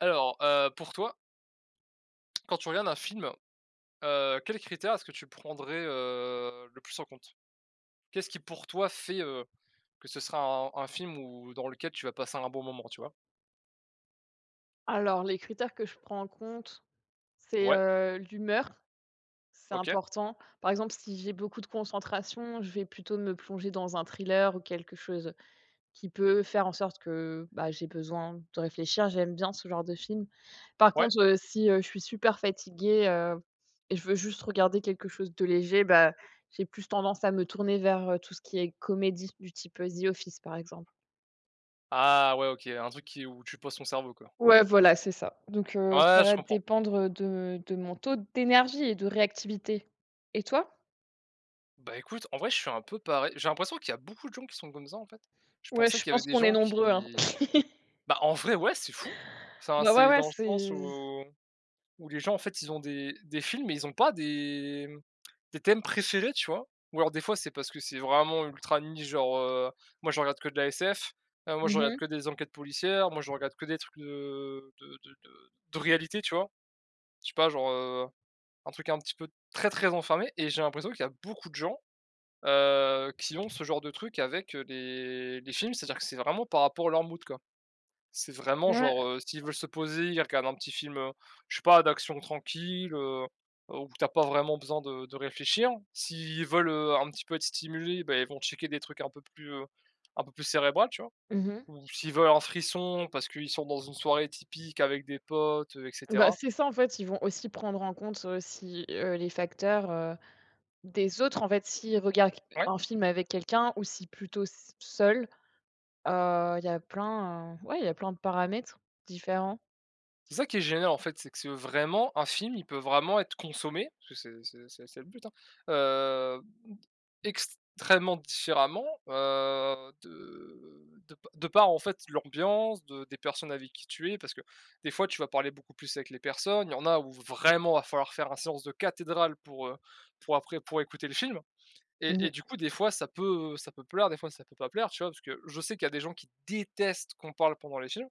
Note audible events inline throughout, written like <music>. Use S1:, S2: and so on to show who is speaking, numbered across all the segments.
S1: Alors, pour toi, quand tu regardes un film, quels critères est-ce que tu prendrais, le plus en compte? Qu'est-ce qui pour toi fait, que ce sera un film où dans lequel tu vas passer un bon moment, tu vois?
S2: Alors les critères que je prends en compte, c'est,
S1: Ouais,
S2: l'humeur, c'est
S1: OK,
S2: important. Par exemple, si j'ai beaucoup de concentration, je vais plutôt me plonger dans un thriller ou quelque chose qui peut faire en sorte que, bah, j'ai besoin de réfléchir. J'aime bien ce genre de film. Par
S1: ouais.
S2: contre, si, je suis super fatiguée, et je veux juste regarder quelque chose de léger, bah, j'ai plus tendance à me tourner vers, tout ce qui est comédie du type, The Office, par exemple.
S1: Ah ouais, OK, un truc qui où tu poses ton cerveau, quoi.
S2: Ouais, voilà, c'est ça. Donc, ça
S1: Ouais, je
S2: va
S1: comprends.
S2: dépendre de mon taux d'énergie et de réactivité. Et toi?
S1: Bah, écoute, en vrai, je suis un peu pareil. J'ai l'impression qu'il y a beaucoup de gens qui sont comme ça, en fait. Je
S2: Ouais,
S1: pensais
S2: je
S1: qu'il y avait
S2: pense
S1: des
S2: qu'on est
S1: gens
S2: nombreux, hein.
S1: qui.
S2: <laughs>
S1: Bah, en vrai, ouais, c'est fou. Enfin,
S2: Bah, ouais,
S1: c'est
S2: ouais,
S1: dans le sens
S2: c'est
S1: où les gens, en fait, ils ont des films, mais ils ont pas des. Tes thèmes préférés, tu vois? Ou alors des fois, c'est parce que c'est vraiment ultra niche, genre, moi je regarde que de la SF, moi je regarde
S2: mmh
S1: que des enquêtes policières, moi je regarde que des trucs de réalité, tu vois? Je sais pas, genre, un truc un petit peu très, très enfermé et j'ai l'impression qu'il y a beaucoup de gens, qui ont ce genre de truc avec, les films. C'est-à-dire que c'est vraiment par rapport à leur mood, quoi. C'est vraiment genre,
S2: Ouais.
S1: s'ils veulent se poser, ils regardent un petit film, je sais pas, d'action tranquille, où t'as pas vraiment besoin de réfléchir. S'ils veulent, un petit peu être stimulés, bah, ils vont checker des trucs un peu plus cérébral, tu vois?
S2: Mmh.
S1: Ou s'ils veulent un frisson parce qu'ils sont dans une soirée typique avec des potes, et
S2: Bah,
S1: cetera.
S2: c'est ça, en fait, ils vont aussi prendre en compte, si, les facteurs, des autres, en fait, s'ils regardent
S1: Ouais,
S2: un film avec quelqu'un ou si plutôt s seul, il y a plein, ouais, il y a plein de paramètres différents.
S1: c'est ça qui est génial, en fait, c'est que c'est vraiment un film, il peut vraiment être consommé, parce que c'est le but, hein, heu extrêmement différemment, de par, en fait, l'ambiance de des personnes avec qui tu es. Parce que des fois, tu vas parler beaucoup plus avec les personnes. Il y en a où vraiment va falloir faire un séance de cathédrale pour après pour écouter le film et
S2: Mmh.
S1: et du coup, des fois, ça peut plaire, des fois, ça peut pas plaire, tu vois? Parce que je sais qu'il y a des gens qui détestent qu'on parle pendant les films.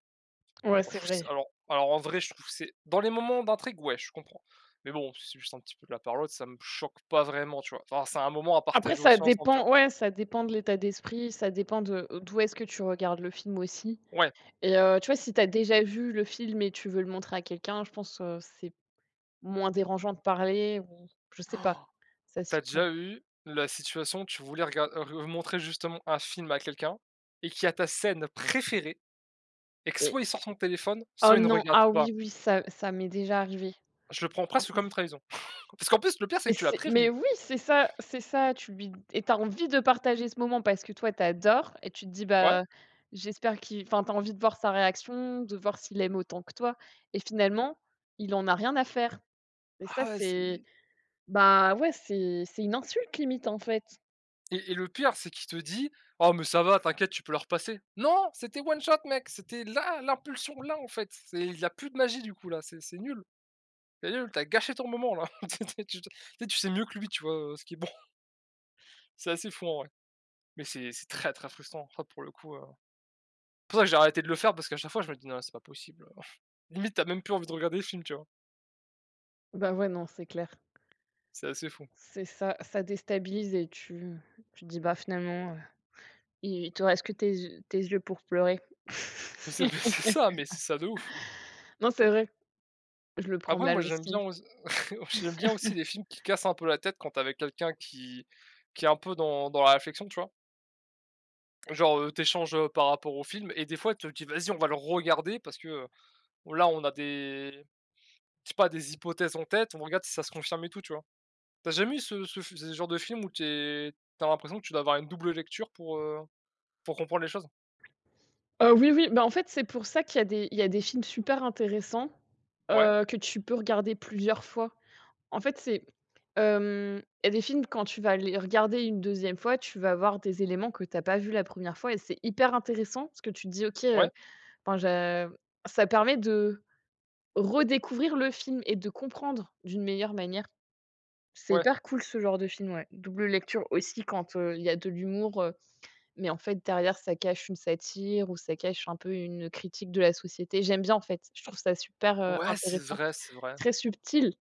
S2: Ouais,
S1: Je
S2: c'est
S1: trouve ç
S2: vrai.
S1: alors en vrai, je trouve que c'est dans les moments d'intrigue, ouais, je comprends. Mais bon, c'est juste un petit peu de la parole, ça me choque pas vraiment, tu vois? Enfin, c'est un moment à
S2: Après
S1: partager
S2: ça
S1: aussi ensemble, tu vois?
S2: dépend, ouais, ça dépend de l'état d'esprit, ça dépend de d'où est-ce que tu regardes le film aussi.
S1: Ouais.
S2: Et tu vois, si tu as déjà vu le film et tu veux le montrer à quelqu'un, je pense, c'est moins dérangeant de parler ou je sais pas,
S1: <gasps>
S2: ça
S1: Tu
S2: s'y
S1: as
S2: prête.
S1: déjà eu la situation où tu voulais rega re montrer justement un film à quelqu'un et qu'il y a ta scène préférée et que
S2: Et
S1: soit il sort son téléphone,
S2: oh
S1: soit il ne
S2: non,
S1: regarde
S2: ah
S1: pas?
S2: oui, oui, ça m'est déjà arrivé.
S1: Je le prends presque comme une trahison. <laughs> Parce qu'en plus, le pire, c'est
S2: Mais
S1: que tu l'as
S2: c'est mais
S1: prévenu.
S2: oui, c'est ça, c'est ça, tu lui et tu as envie de partager ce moment parce que toi, t'adores et tu te dis:
S1: Ouais.
S2: «Bah, j'espère qu'il» enfin, t'as envie de voir sa réaction, de voir s'il aime autant que toi et finalement, il en a rien à faire et ça,
S1: Ah ouais, c'est.
S2: c'est bah, ouais, c'est une insulte limite, en fait.
S1: Et le pire, c'est qu'il te dit: «Oh mais ça va, t'inquiète, tu peux leur passer. Non, c'était one shot mec, c'était là, l'impulsion là, en fait. C'est il n'y a plus de magie du coup là, c'est nul. C'est nul, tu gâché ton moment là. <laughs> Tu sais mieux que lui, tu vois, ce qui est bon. <laughs> C'est assez fou en vrai. Mais c'est très, très frustrant. Ça, pour le coup, c'est pour ça que j'ai arrêté de le faire parce qu'à chaque fois, je me dis: «Non, c'est pas possible». <laughs> Limite, t'as même plus envie de regarder le film, tu vois?
S2: Bah, ouais, non, c'est clair.
S1: C'est assez fou. <laughs>
S2: C'est ça, ça déstabilise et tu te dis: «Bah, finalement, il te reste que tes yeux pour pleurer».
S1: Mais
S2: <laughs>
S1: c'est ça, mais c'est ça de ouf.
S2: Non, c'est vrai, je le prends
S1: Après
S2: mal
S1: moi, j'aime
S2: aussi.
S1: bien aus <laughs> j'aime bien aussi les films qui cassent un peu la tête quand tu avec quelqu'un qui est un peu dans la réflexion, tu vois? Genre, tu échanges, par rapport au film et des fois, tu te dis: «Vas-y, on va le regarder parce que, là, on a des je sais pas, des hypothèses en tête, on regarde si ça se confirme et tout», tu vois? T'as jamais eu ce genre de film où tu es l'impression que tu dois avoir une double lecture pour comprendre les choses?
S2: Oui, oui, bah, en fait, c'est pour ça qu'il y a des films super intéressants,
S1: Ouais,
S2: que tu peux regarder plusieurs fois. En fait, hem, il y a des films quand tu vas les regarder une deuxième fois, tu vas voir des éléments que tu as pas vu la première fois et c'est hyper intéressant parce que tu te dis: «OK,
S1: ouais,
S2: enfin, j'a» ça permet de redécouvrir le film et de comprendre d'une meilleure manière. C'est
S1: ouais.
S2: hyper cool ce genre de film, ouais. Double lecture aussi quand, il y a de l'humour, mais en fait, derrière, ça cache une satire ou ça cache un peu une critique de la société. J'aime bien, en fait, je trouve ça super,
S1: Ouais, c'est
S2: intéressant,
S1: vrai, c'est vrai.
S2: très subtil.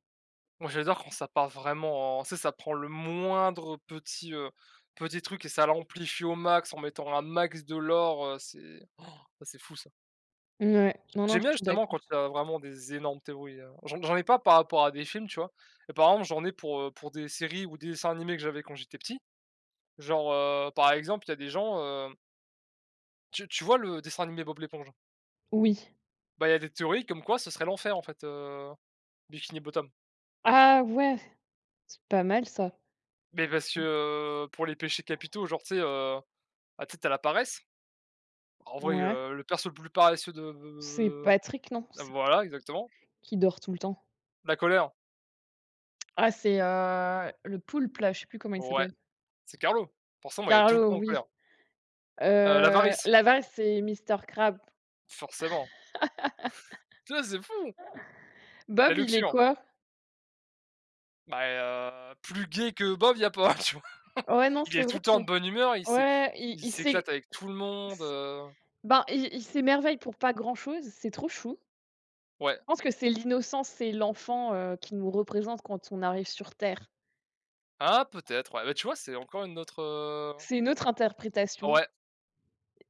S1: Moi, j'adore quand ça part vraiment en tu sais, ça prend le moindre petit truc et ça l'amplifie au max en mettant un max de l'or. C'est Oh, ça, c'est fou ça.
S2: Ouais. Non, non,
S1: J'aime
S2: je
S1: bien
S2: suis
S1: justement
S2: d'accord.
S1: quand il y a vraiment des énormes théories, j'en ai pas par rapport à des films, tu vois? Et par exemple, j'en ai pour des séries ou des dessins animés que j'avais quand j'étais petit. Genre, par exemple, il y a des gens. Tu vois le dessin animé Bob l'éponge?
S2: Oui.
S1: Bah, il y a des théories comme quoi ce serait l'enfer en fait, Bikini Bottom.
S2: Ah ouais, c'est pas mal ça.
S1: Mais parce que, pour les péchés capitaux, genre, tu sais, bah, tu sais, t'as la paresse. En vrai,
S2: Ouais.
S1: le perso le plus paresseux de
S2: C'est Patrick, non? C'est
S1: voilà, exactement.
S2: qui dort tout le temps?
S1: La colère,
S2: Ah c'est, le poulpe là, je sais plus comment il
S1: ouais,
S2: s'appelle.
S1: c'est Carlo. Forcément, il est tout le
S2: Carlo,
S1: temps en
S2: oui.
S1: colère.
S2: Heu,
S1: L'avarice,
S2: L'avare, c'est Mister Crab.
S1: forcément. Tu sais, c'est fou! La
S2: Bob, il est
S1: luxure,
S2: quoi?
S1: bah, plus gay que Bob, il y a pas, <laughs> tu vois?
S2: Ouais, non,
S1: Il
S2: c'est
S1: est tout
S2: vrai
S1: le temps
S2: qu'il
S1: de bonne humeur,
S2: ouais,
S1: il
S2: il s'é
S1: s'éclate avec tout le monde,
S2: s ben, il s'émerveille pour pas grand chose, c'est trop chou.
S1: ouais.
S2: Je pense que c'est l'innocence, c'est l'enfant, qui nous représente quand on arrive sur terre.
S1: Ah peut-être, ouais. Bah, tu vois, c'est encore une autre,
S2: C'est une autre interprétation
S1: ouais,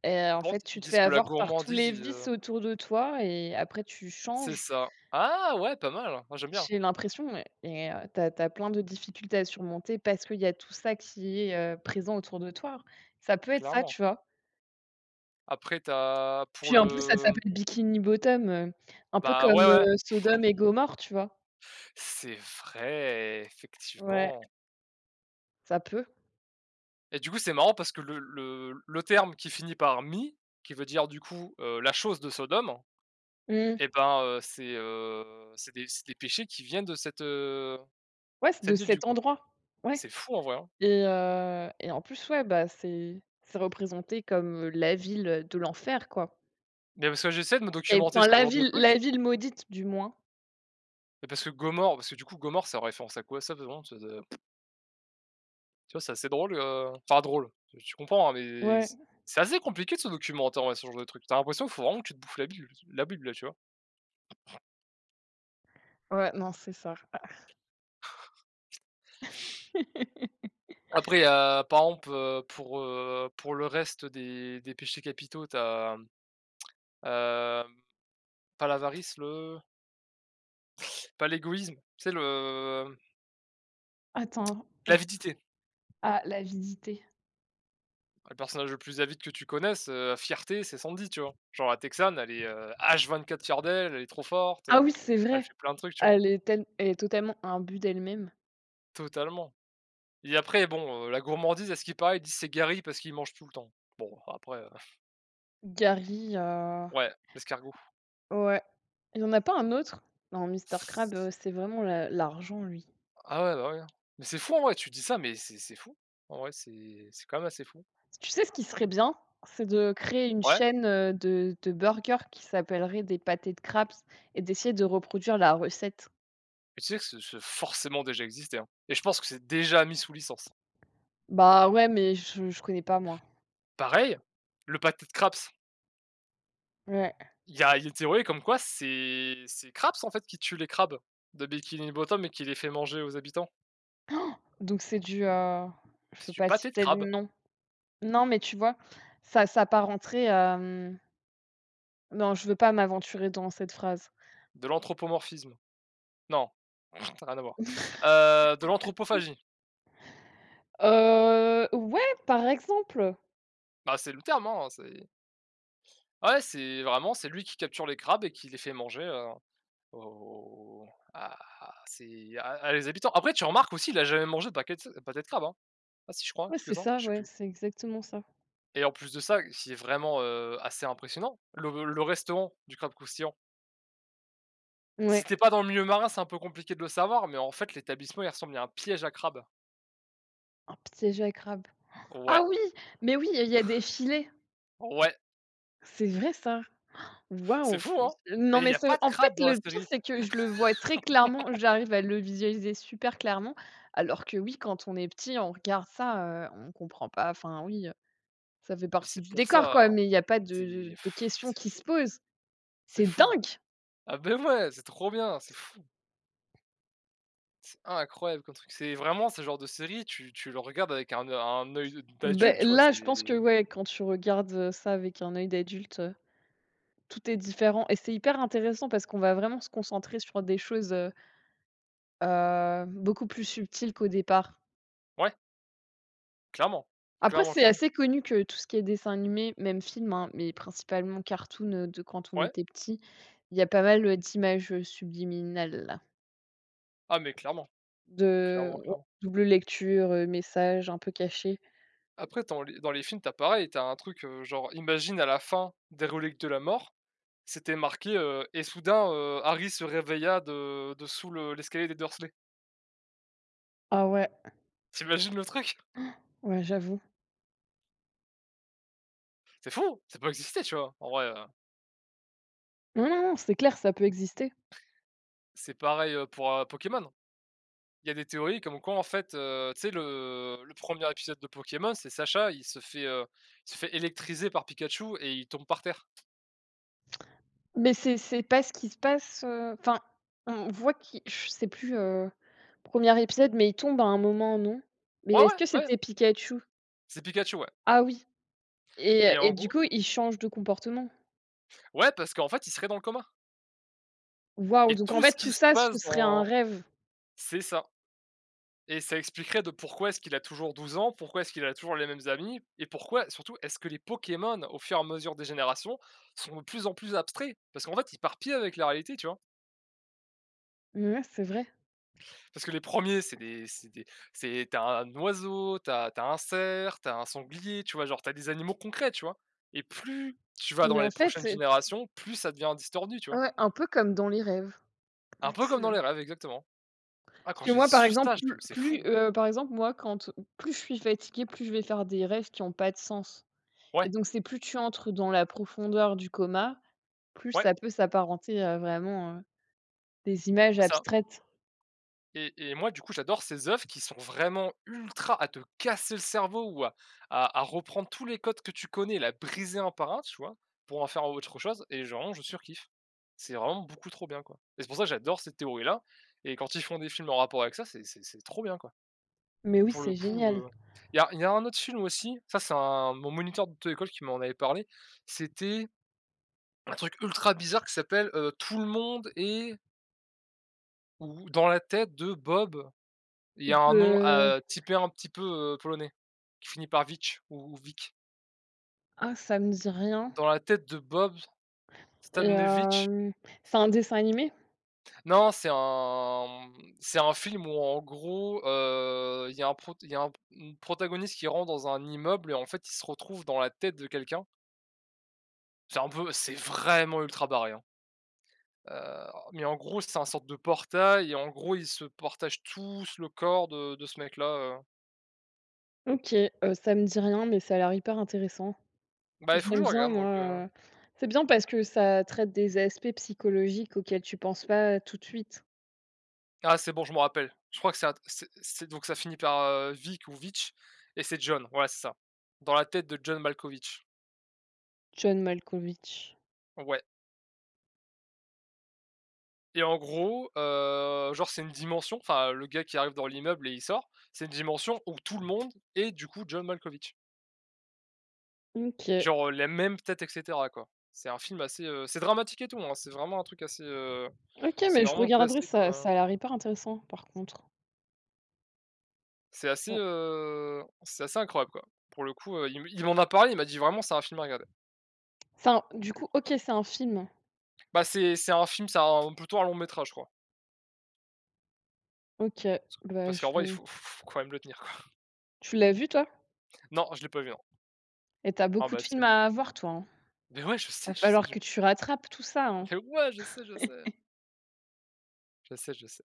S2: et en
S1: par
S2: fait, tu
S1: ils
S2: te fais
S1: disent que la
S2: avoir par tous
S1: gourmandise,
S2: les vices autour de toi et après tu
S1: c'est
S2: changes.
S1: ça. Ah ouais, pas mal! Moi, j'aime bien,
S2: J'ai l'impression ouais, et tu as plein de difficultés à surmonter parce qu'il y a tout ça qui est, présent autour de toi. Ça peut être ça, tu
S1: clairement.
S2: vois?
S1: Après t'as pour
S2: Puis en plus, ça
S1: le
S2: s'appelle Bikini Bottom, un peu
S1: bah, ouais,
S2: comme,
S1: ouais,
S2: Sodome et Gomorrhe, tu vois?
S1: c'est vrai,
S2: Ouais,
S1: effectivement
S2: ça peut.
S1: et du coup, c'est marrant parce que le terme qui finit par mi, qui veut dire, du coup, la chose de Sodome
S2: Mmh.
S1: et ben, c'est des péchés qui viennent de cette, heu,
S2: Ouais, c'est de
S1: cette ville, du
S2: cet
S1: coup.
S2: endroit. Ouais.
S1: C'est fou en vrai, hein.
S2: Et en plus, ouais, bah, c'est représenté comme, la ville de l'enfer, quoi.
S1: Mais parce que j'essaie de me
S2: Et
S1: documenter
S2: enfin,
S1: sur ce
S2: la
S1: genre de
S2: ville
S1: truc.
S2: la ville maudite, du moins.
S1: Mais parce que Gomorrhe parce que du coup Gomorrhe ça référence à quoi ça vraiment? Tu vois, c'est assez drôle, enfin drôle, tu comprends, hein, mais
S2: Ouais.
S1: c'est assez compliqué de se documenter en vrai sur ce genre de truc. T'as l'impression qu'il faut vraiment que tu te bouffes la Bible là, tu vois?
S2: Ouais, non, c'est ça. <laughs>
S1: Après il y a par exemple, pour le reste des péchés capitaux, as, pas l'avarice, le pas l'égoïsme, c'est le
S2: Attends, j
S1: l'avidité.
S2: ah, l'avidité.
S1: Le personnage le plus avide que tu connaisses, fierté, c'est Sandy, tu vois? Genre la Texane elle est, H24 fière d'elle, elle est trop forte,
S2: Ah oui, c'est
S1: elle
S2: vrai.
S1: fait plein de trucs, tu vois?
S2: Elle est totalement un but d'elle-même.
S1: Totalement et après bon, la gourmandise à ce qu'il paraît, ils disent: «C'est guéri» parce qu'ils mangent tout le temps. Bon après,
S2: Gary,
S1: ouais, l'escargot.
S2: ouais. Il y en a pas un autre? Non, Mister Crab, c'est vraiment la l'argent, lui.
S1: Ah ouais, bah, ouais, hein, mais c'est fou en vrai, tu dis ça, mais c'est fou. En vrai, c'est quand même assez fou.
S2: Tu sais ce qui serait bien? C'est de créer une
S1: Ouais,
S2: chaîne, de burgers qui s'appellerait des pâtés de Crab's et d'essayer de reproduire la recette.
S1: mais tu sais que ce forcément déjà existé, hein et je pense que c'est déjà mis sous licence.
S2: Bah, ouais, mais je connais pas moi.
S1: Pareil, le pâté de Crabs,
S2: Ouais,
S1: il y a une théorie comme quoi c'est Crabs en fait qui tue les crabes de Bikini Bottom et qui les fait manger aux habitants.
S2: donc c'est du, je peux
S1: C'est du
S2: pas
S1: pâté de
S2: citer le
S1: crabe.
S2: nom. Non, mais tu vois, ça s'apparenterait à, non, je veux pas m'aventurer dans cette phrase.
S1: De l'anthropomorphisme. Non, <laughs> rien à voir. De l'anthropophagie.
S2: Ouais, par exemple.
S1: Bah, c'est le terme, hein, c'est ouais, c'est vraiment, c'est lui qui capture les crabes et qui les fait manger, aux à ses à les habitants. Après, tu remarques aussi, il a jamais mangé de paquet de pâté de crabe, hein? Ah si, je crois,
S2: Ouais, c'est
S1: quelques-uns,
S2: ça,
S1: je sais
S2: ouais,
S1: plus
S2: c'est exactement ça.
S1: et en plus de ça, c'est vraiment, assez impressionnant, le restaurant du crabe croustillant,
S2: Ouais,
S1: si t'es pas dans le milieu marin, c'est un peu compliqué de le savoir, mais en fait, l'établissement, il ressemble à un piège à crabes.
S2: un piège à crabe. Ah
S1: Ouais,
S2: oui! Mais oui, il y a des filets.
S1: ouais,
S2: C'est vrai ça.
S1: c'est
S2: Waouh!
S1: fou, hein?
S2: Non,
S1: Et il
S2: mais
S1: y a
S2: c'est,
S1: pas de
S2: en fait,
S1: crabe dans la
S2: le pire,
S1: série
S2: c'est que je le vois très clairement, j'arrive à le visualiser super clairement, alors que oui, quand on est petit, on regarde ça, on comprend pas, enfin oui, ça fait
S1: et
S2: partie
S1: c'est
S2: du
S1: pour
S2: décor,
S1: ça.
S2: quoi, mais il y a pas de de
S1: C'est
S2: de questions qui se posent.
S1: c'est
S2: C'est
S1: fou.
S2: dingue!
S1: Ah ben ouais, c'est trop bien, c'est fou, c'est incroyable comme truc. C'est vraiment ce genre de série, tu le regardes avec un œil
S2: Beh,
S1: d'adulte, tu vois?
S2: là,
S1: C'est
S2: je pense que, ouais, quand tu regardes, ça avec un œil d'adulte, tout est différent et c'est hyper intéressant parce qu'on va vraiment se concentrer sur des choses, beaucoup plus subtiles qu'au départ.
S1: ouais, clairement,
S2: Après,
S1: clairement,
S2: c'est
S1: clairement.
S2: assez connu que tout ce qui est dessin animé, même film, hein, mais principalement cartoon, de quand on
S1: Ouais,
S2: était petit, il y a pas mal, d'images, subliminales
S1: ah mais clairement, clairement,
S2: de ouais,
S1: clairement.
S2: double lecture, messages un peu cachés.
S1: Après dans les films, t'as pareil, t'as un truc, genre imagine à la fin des Reliques de la Mort, c'était marqué, «Et soudain, Harry se réveilla de sous le l'escalier des Dursley».
S2: Ah ouais,
S1: Tu imagines le truc?
S2: ouais, j'avoue.
S1: C'est fou, ça peut exister, tu vois? En vrai,
S2: Non, non, non, c'est clair, ça peut exister.
S1: c'est pareil, pour, Pokémon. Il y a des théories comme quoi en fait, tu sais le 1 épisode de Pokémon, c'est Sacha, il se fait électriser par Pikachu et il tombe par terre.
S2: Mais c'est pas ce qui se passe, enfin, on voit qui je sais plus, un épisode, mais il tombe à un moment, non? Mais
S1: Ouais, ouais,
S2: est-ce que
S1: ouais,
S2: c'était Pikachu?
S1: c'est Pikachu, ouais,
S2: Ah oui, et
S1: et
S2: et
S1: en
S2: du
S1: gros,
S2: coup, il change de comportement.
S1: ouais, parce qu'en fait, il serait dans le coma
S2: Waouh,
S1: et
S2: donc en
S1: tout
S2: fait
S1: ce qui
S2: tout
S1: se
S2: ça, ce
S1: passe
S2: serait un
S1: dans
S2: rêve.
S1: c'est ça, et ça expliquerait de pourquoi est-ce qu'il a toujours 12 ans, pourquoi est-ce qu'il a toujours les mêmes amis et pourquoi surtout, est-ce que les Pokémon, au fur et à mesure des générations, sont de plus en plus abstraits? Parce qu'en fait, ils partent pile avec la réalité, tu vois?
S2: Ouais, c'est vrai.
S1: Parce que les premiers, c'est des c'est t'as un oiseau, t'as un cerf, t'as un sanglier, tu vois? Genre, t'as des animaux concrets, tu vois? Et plus tu vas
S2: Mais
S1: dans
S2: en
S1: les
S2: fait,
S1: prochaines générations, plus ça devient distordu, tu vois?
S2: ouais, un peu comme dans les rêves.
S1: Un
S2: Plus
S1: peu
S2: tu
S1: comme dans les rêves, exactement. Ah,
S2: parce
S1: quand
S2: que
S1: j'ai
S2: moi par
S1: su
S2: exemple,
S1: ça, je me suis dit,
S2: plus
S1: mais c'est
S2: plus,
S1: fou, hein.
S2: par exemple moi quand plus je suis fatiguée, plus je vais faire des rêves qui ont pas de sens et
S1: Ouais,
S2: donc c'est plus tu entres dans la profondeur du coma, plus
S1: ouais,
S2: ça peut s'apparenter à vraiment, des images
S1: c'est ça.
S2: abstraites.
S1: Et moi, du coup, j'adore ces œuvres qui sont vraiment ultra à te casser le cerveau ou à reprendre tous les codes que tu connais et la briser un par un, tu vois? Pour en faire autre chose et genre je surkiffe. C'est vraiment beaucoup trop bien, quoi. Et c'est pour ça que j'adore cette théorie-là, et quand ils font des films en rapport avec ça, c'est trop bien, quoi.
S2: Mais oui,
S1: Pour le
S2: c'est
S1: coup,
S2: génial.
S1: il y a un autre film aussi, ça c'est un mon moniteur d'auto-école qui m'en avait parlé, c'était un truc ultra bizarre qui s'appelle, Tout le monde est, ou Dans la tête de Bob. Il y a un nom,
S2: Heu,
S1: typé un petit peu, polonais, qui finit par Vitch ou Vic.
S2: ah ça me dit rien.
S1: Dans la tête de Bob
S2: Et
S1: Stalnevitch.
S2: c'est un dessin animé?
S1: Non, c'est un, mmh, c'est un film où en gros, il y a un prot il y a un une protagoniste qui rentre dans un immeuble et en fait, il se retrouve dans la tête de quelqu'un. C'est un peu c'est vraiment ultra barré, hein, heu, mais en gros, c'est un sorte de portail et en gros, ils se partagent tous le corps de ce mec-là, heu,
S2: OK, ça me dit rien mais ça a l'air hyper intéressant.
S1: bah, il faut que
S2: J'aime
S1: je
S2: bien
S1: regarde
S2: moi,
S1: donc.
S2: c'est bien parce que ça traite des aspects psychologiques auxquels tu penses pas tout de suite.
S1: Ah, c'est bon, je me rappelle. Je crois que c'est un c'est donc ça finit par, Vic ou Vitch, et c'est John, voilà, c'est ça. Dans la tête de John Malkovich.
S2: John Malkovich.
S1: Ouais, et en gros, genre, c'est une dimension, enfin, le gars qui arrive dans l'immeuble et il sort, c'est une dimension où tout le monde est du coup John Malkovich.
S2: OK.
S1: Genre, les mêmes têtes et cetera, quoi. C'est un film assez, c'est dramatique et tout, hein, c'est vraiment un truc assez,
S2: OK,
S1: c'est
S2: mais je
S1: vraiment
S2: regarderai
S1: classé comme,
S2: ça, ça a l'air hyper intéressant par contre. Ouais.
S1: c'est assez incroyable, quoi. Pour le coup, il m'en a parlé, il m'a dit: «Vraiment, c'est un film à regarder».
S2: C'est un du coup, OK,
S1: Écoute,
S2: c'est un film?
S1: bah, c'est un film, c'est un plutôt un long métrage, je crois.
S2: OK, bah,
S1: Parce
S2: je
S1: qu'en vrai, il
S2: vais
S1: faut quand même le tenir, quoi.
S2: tu l'as vu toi?
S1: Non, je l'ai pas vu, non.
S2: Et t'as
S1: Ah
S2: beaucoup de
S1: bah,
S2: films
S1: c'est
S2: à voir toi, hein?
S1: mais ouais,
S2: Va
S1: je sais,
S2: falloir
S1: j'ai
S2: que tu rattrapes tout ça, hein?
S1: mais ouais, je sais, je sais, je sais, je sais.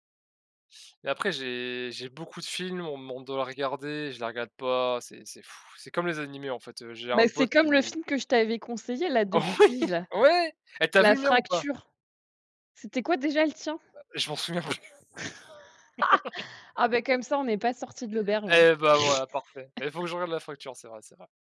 S1: Mais après, j'ai beaucoup de films, on me demande de les regarder, je les regarde pas, c'est fou. C'est comme les animés, en fait, j'ai
S2: Bah,
S1: un
S2: c'est
S1: pote
S2: comme le
S1: qui
S2: film que je t'avais conseillé là
S1: <laughs> oui,
S2: depuis là,
S1: ouais! Eh, t'as vu
S2: La
S1: le mien ou pas?
S2: Fracture. C'était quoi déjà le tien?
S1: Je m'en souviens plus. <laughs>
S2: Ah, bah, comme ça on n'est pas sorti de l'auberge, hein.
S1: Eh bah, voilà, parfait. Il faut que je regarde La Fracture, c'est vrai, c'est vrai.